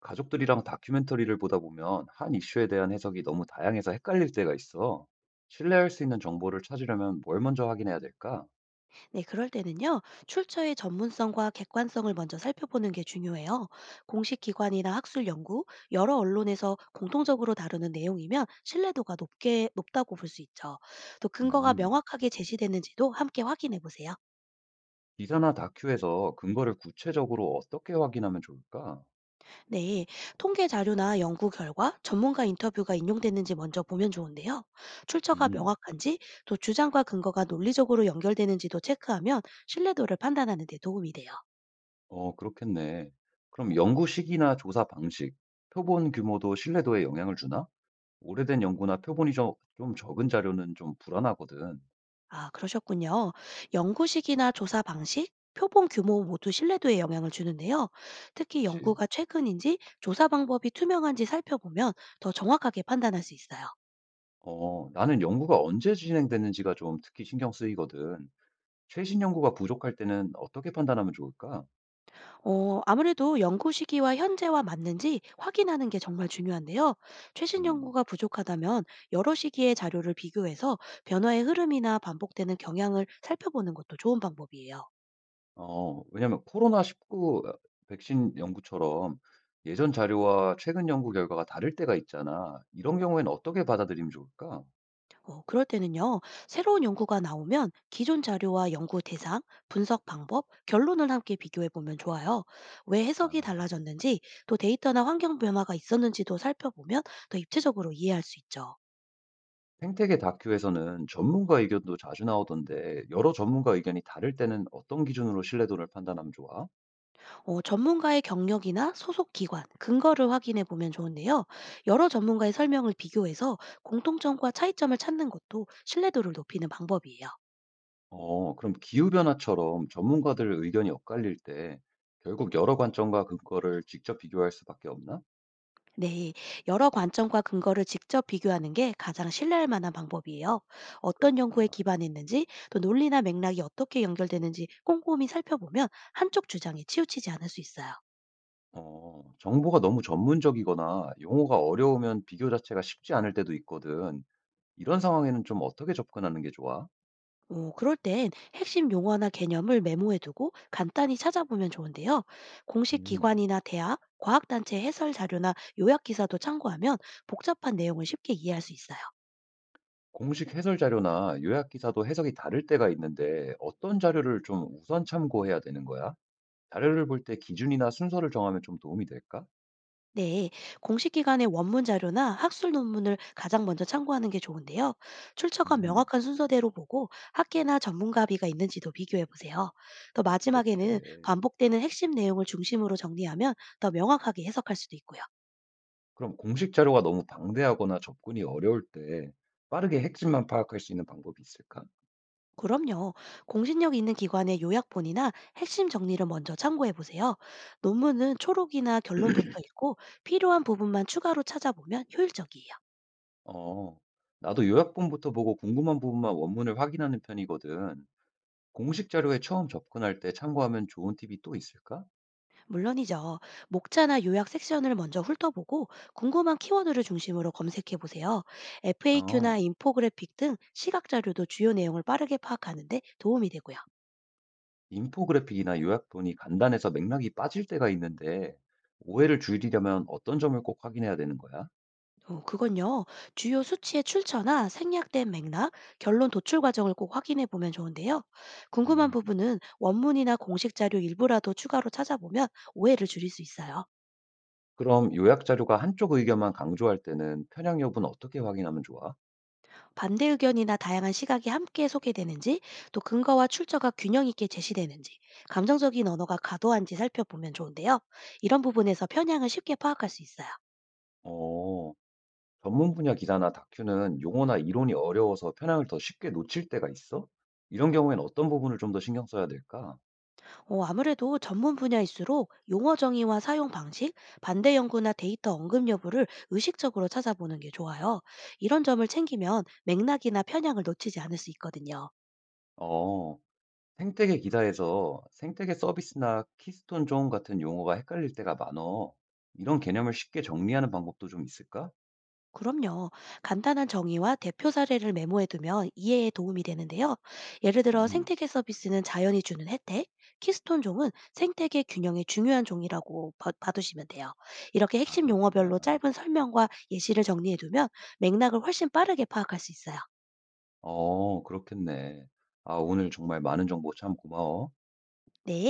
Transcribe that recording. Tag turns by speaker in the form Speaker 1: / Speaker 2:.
Speaker 1: 가족들이랑 다큐멘터리를 보다 보면 한 이슈에 대한 해석이 너무 다양해서 헷갈릴 때가 있어. 신뢰할 수 있는 정보를 찾으려면 뭘 먼저 확인해야 될까?
Speaker 2: 네, 그럴 때는요, 출처의 전문성과 객관성을 먼저 살펴보는 게 중요해요. 공식 기관이나 학술 연구, 여러 언론에서 공통적으로 다루는 내용이면 높다고 볼 수 있죠. 또 근거가
Speaker 1: 음,
Speaker 2: 명확하게 제시되는지도 함께 확인해 보세요.
Speaker 1: 기사나 다큐에서 근거를 구체적으로 어떻게 확인하면 좋을까?
Speaker 2: 네, 통계 자료나 연구 결과, 전문가 인터뷰가 인용됐는지 먼저 보면 좋은데요. 출처가
Speaker 1: 음,
Speaker 2: 명확한지, 또 주장과 근거가 논리적으로 연결되는지도 체크하면 신뢰도를 판단하는 데 도움이 돼요.
Speaker 1: 어, 그렇겠네. 그럼 연구 시기나 조사 방식, 표본 규모도 신뢰도에 영향을 주나? 오래된 연구나 표본이 좀 적은 자료는 좀 불안하거든.
Speaker 2: 아, 그러셨군요. 연구식이나 조사 방식, 표본 규모 모두 신뢰도에 영향을 주는데요. 특히
Speaker 1: 그치?
Speaker 2: 연구가 최근인지 조사 방법이 투명한지 살펴보면 더 정확하게 판단할 수 있어요.
Speaker 1: 어, 나는 연구가 언제 진행됐는지가 좀 특히 신경 쓰이거든. 최신 연구가 부족할 때는 어떻게 판단하면 좋을까?
Speaker 2: 어, 아무래도 연구 시기와 현재와 맞는지 확인하는 게 정말 중요한데요. 최신
Speaker 1: 음,
Speaker 2: 연구가 부족하다면 여러 시기의 자료를 비교해서 변화의 흐름이나 반복되는 경향을 살펴보는 것도 좋은 방법이에요.
Speaker 1: 어, 왜냐면 코로나19 어, 백신 연구처럼 예전 자료와 최근 연구 결과가 다를 때가 있잖아. 이런 경우에는 어떻게 받아들이면 좋을까?
Speaker 2: 어, 그럴 때는요, 새로운 연구가 나오면 기존 자료와 연구 대상, 분석 방법, 결론을 함께 비교해 보면 좋아요. 왜 해석이
Speaker 1: 아,
Speaker 2: 달라졌는지, 또 데이터나 환경 변화가 있었는지도 살펴보면 더 입체적으로 이해할 수 있죠.
Speaker 1: 생태계 다큐에서는 전문가 의견도 자주 나오던데 여러 전문가 의견이 다를 때는 어떤 기준으로 신뢰도를 판단하면 좋아?
Speaker 2: 어, 전문가의 경력이나 소속 기관, 근거를 확인해 보면 좋은데요. 여러 전문가의 설명을 비교해서 공통점과 차이점을 찾는 것도 신뢰도를 높이는 방법이에요.
Speaker 1: 어, 그럼 기후변화처럼 전문가들 의견이 엇갈릴 때 결국 여러 관점과 근거를 직접 비교할 수밖에 없나?
Speaker 2: 네, 여러 관점과 근거를 직접 비교하는 게 가장 신뢰할 만한 방법이에요. 어떤 연구에
Speaker 1: 그렇구나.
Speaker 2: 기반했는지, 또 논리나 맥락이 어떻게 연결되는지 꼼꼼히 살펴보면 한쪽 주장에 치우치지 않을 수 있어요.
Speaker 1: 어, 정보가 너무 전문적이거나 용어가 어려우면 비교 자체가 쉽지 않을 때도 있거든. 이런 상황에는 좀 어떻게 접근하는 게 좋아?
Speaker 2: 어, 그럴 땐 핵심 용어나 개념을 메모해두고 간단히 찾아보면 좋은데요. 공식
Speaker 1: 음,
Speaker 2: 기관이나 대학, 과학단체 해설 자료나 요약 기사도 참고하면 복잡한 내용을 쉽게 이해할 수 있어요.
Speaker 1: 공식 해설 자료나 요약 기사도 해석이 다를 때가 있는데 어떤 자료를 좀 우선 참고해야 되는 거야? 자료를 볼 때 기준이나 순서를 정하면 좀 도움이 될까?
Speaker 2: 네, 공식 기관의 원문 자료나 학술 논문을 가장 먼저 참고하는 게 좋은데요. 출처가
Speaker 1: 음,
Speaker 2: 명확한 순서대로 보고 학계나 전문가 비가 있는지도 비교해 보세요. 또
Speaker 1: 아,
Speaker 2: 마지막에는
Speaker 1: 그렇게.
Speaker 2: 반복되는 핵심 내용을 중심으로 정리하면 더 명확하게 해석할 수도 있고요.
Speaker 1: 그럼 공식 자료가 너무 방대하거나 접근이 어려울 때 빠르게 핵심만 파악할 수 있는 방법이 있을까?
Speaker 2: 그럼요. 공신력 있는 기관의 요약본이나 핵심 정리를 먼저 참고해 보세요. 논문은 초록이나 결론부터 읽고 필요한 부분만 추가로 찾아보면 효율적이에요.
Speaker 1: 어, 나도 요약본부터 보고 궁금한 부분만 원문을 확인하는 편이거든. 공식 자료에 처음 접근할 때 참고하면 좋은 팁이 또 있을까?
Speaker 2: 물론이죠. 목차나 요약 섹션을 먼저 훑어보고 궁금한 키워드를 중심으로 검색해 보세요.
Speaker 1: 어,
Speaker 2: FAQ나 인포그래픽 등 시각 자료도 주요 내용을 빠르게 파악하는데 도움이 되고요.
Speaker 1: 인포그래픽이나 요약본이 간단해서 맥락이 빠질 때가 있는데, 오해를 줄이려면 어떤 점을 꼭 확인해야 되는 거야?
Speaker 2: 어, 그건요. 주요 수치의 출처나 생략된 맥락, 결론 도출 과정을 꼭 확인해 보면 좋은데요. 궁금한
Speaker 1: 음.
Speaker 2: 부분은 원문이나 공식 자료 일부라도 추가로 찾아보면 오해를 줄일 수 있어요.
Speaker 1: 그럼 요약 자료가 한쪽 의견만 강조할 때는 편향 여부는 어떻게 확인하면 좋아?
Speaker 2: 반대 의견이나 다양한 시각이 함께 소개되는지, 또 근거와 출처가 균형 있게 제시되는지, 감정적인 언어가 과도한지 살펴보면 좋은데요. 이런 부분에서 편향을 쉽게 파악할 수 있어요.
Speaker 1: 어, 전문 분야 기사나 다큐는 용어나 이론이 어려워서 편향을 더 쉽게 놓칠 때가 있어? 이런 경우엔 어떤 부분을 좀 더 신경 써야 될까?
Speaker 2: 어, 아무래도 전문 분야일수록 용어 정의와 사용 방식, 반대 연구나 데이터 언급 여부를 의식적으로 찾아보는 게 좋아요. 이런 점을 챙기면 맥락이나 편향을 놓치지 않을 수 있거든요.
Speaker 1: 어, 생태계 기사에서 생태계 서비스나 키스톤 존 같은 용어가 헷갈릴 때가 많어. 이런 개념을 쉽게 정리하는 방법도 좀 있을까?
Speaker 2: 그럼요. 간단한 정의와 대표 사례를 메모해두면 이해에 도움이 되는데요. 예를 들어
Speaker 1: 음,
Speaker 2: 생태계 서비스는 자연이 주는 혜택, 키스톤 종은 생태계 균형의 중요한 종이라고 봐두시면 돼요. 이렇게
Speaker 1: 아,
Speaker 2: 핵심 용어별로
Speaker 1: 그렇구나.
Speaker 2: 짧은 설명과 예시를 정리해두면 맥락을 훨씬 빠르게 파악할 수 있어요.
Speaker 1: 어, 그렇겠네. 아, 오늘 정말 많은 정보 참 고마워.
Speaker 2: 네.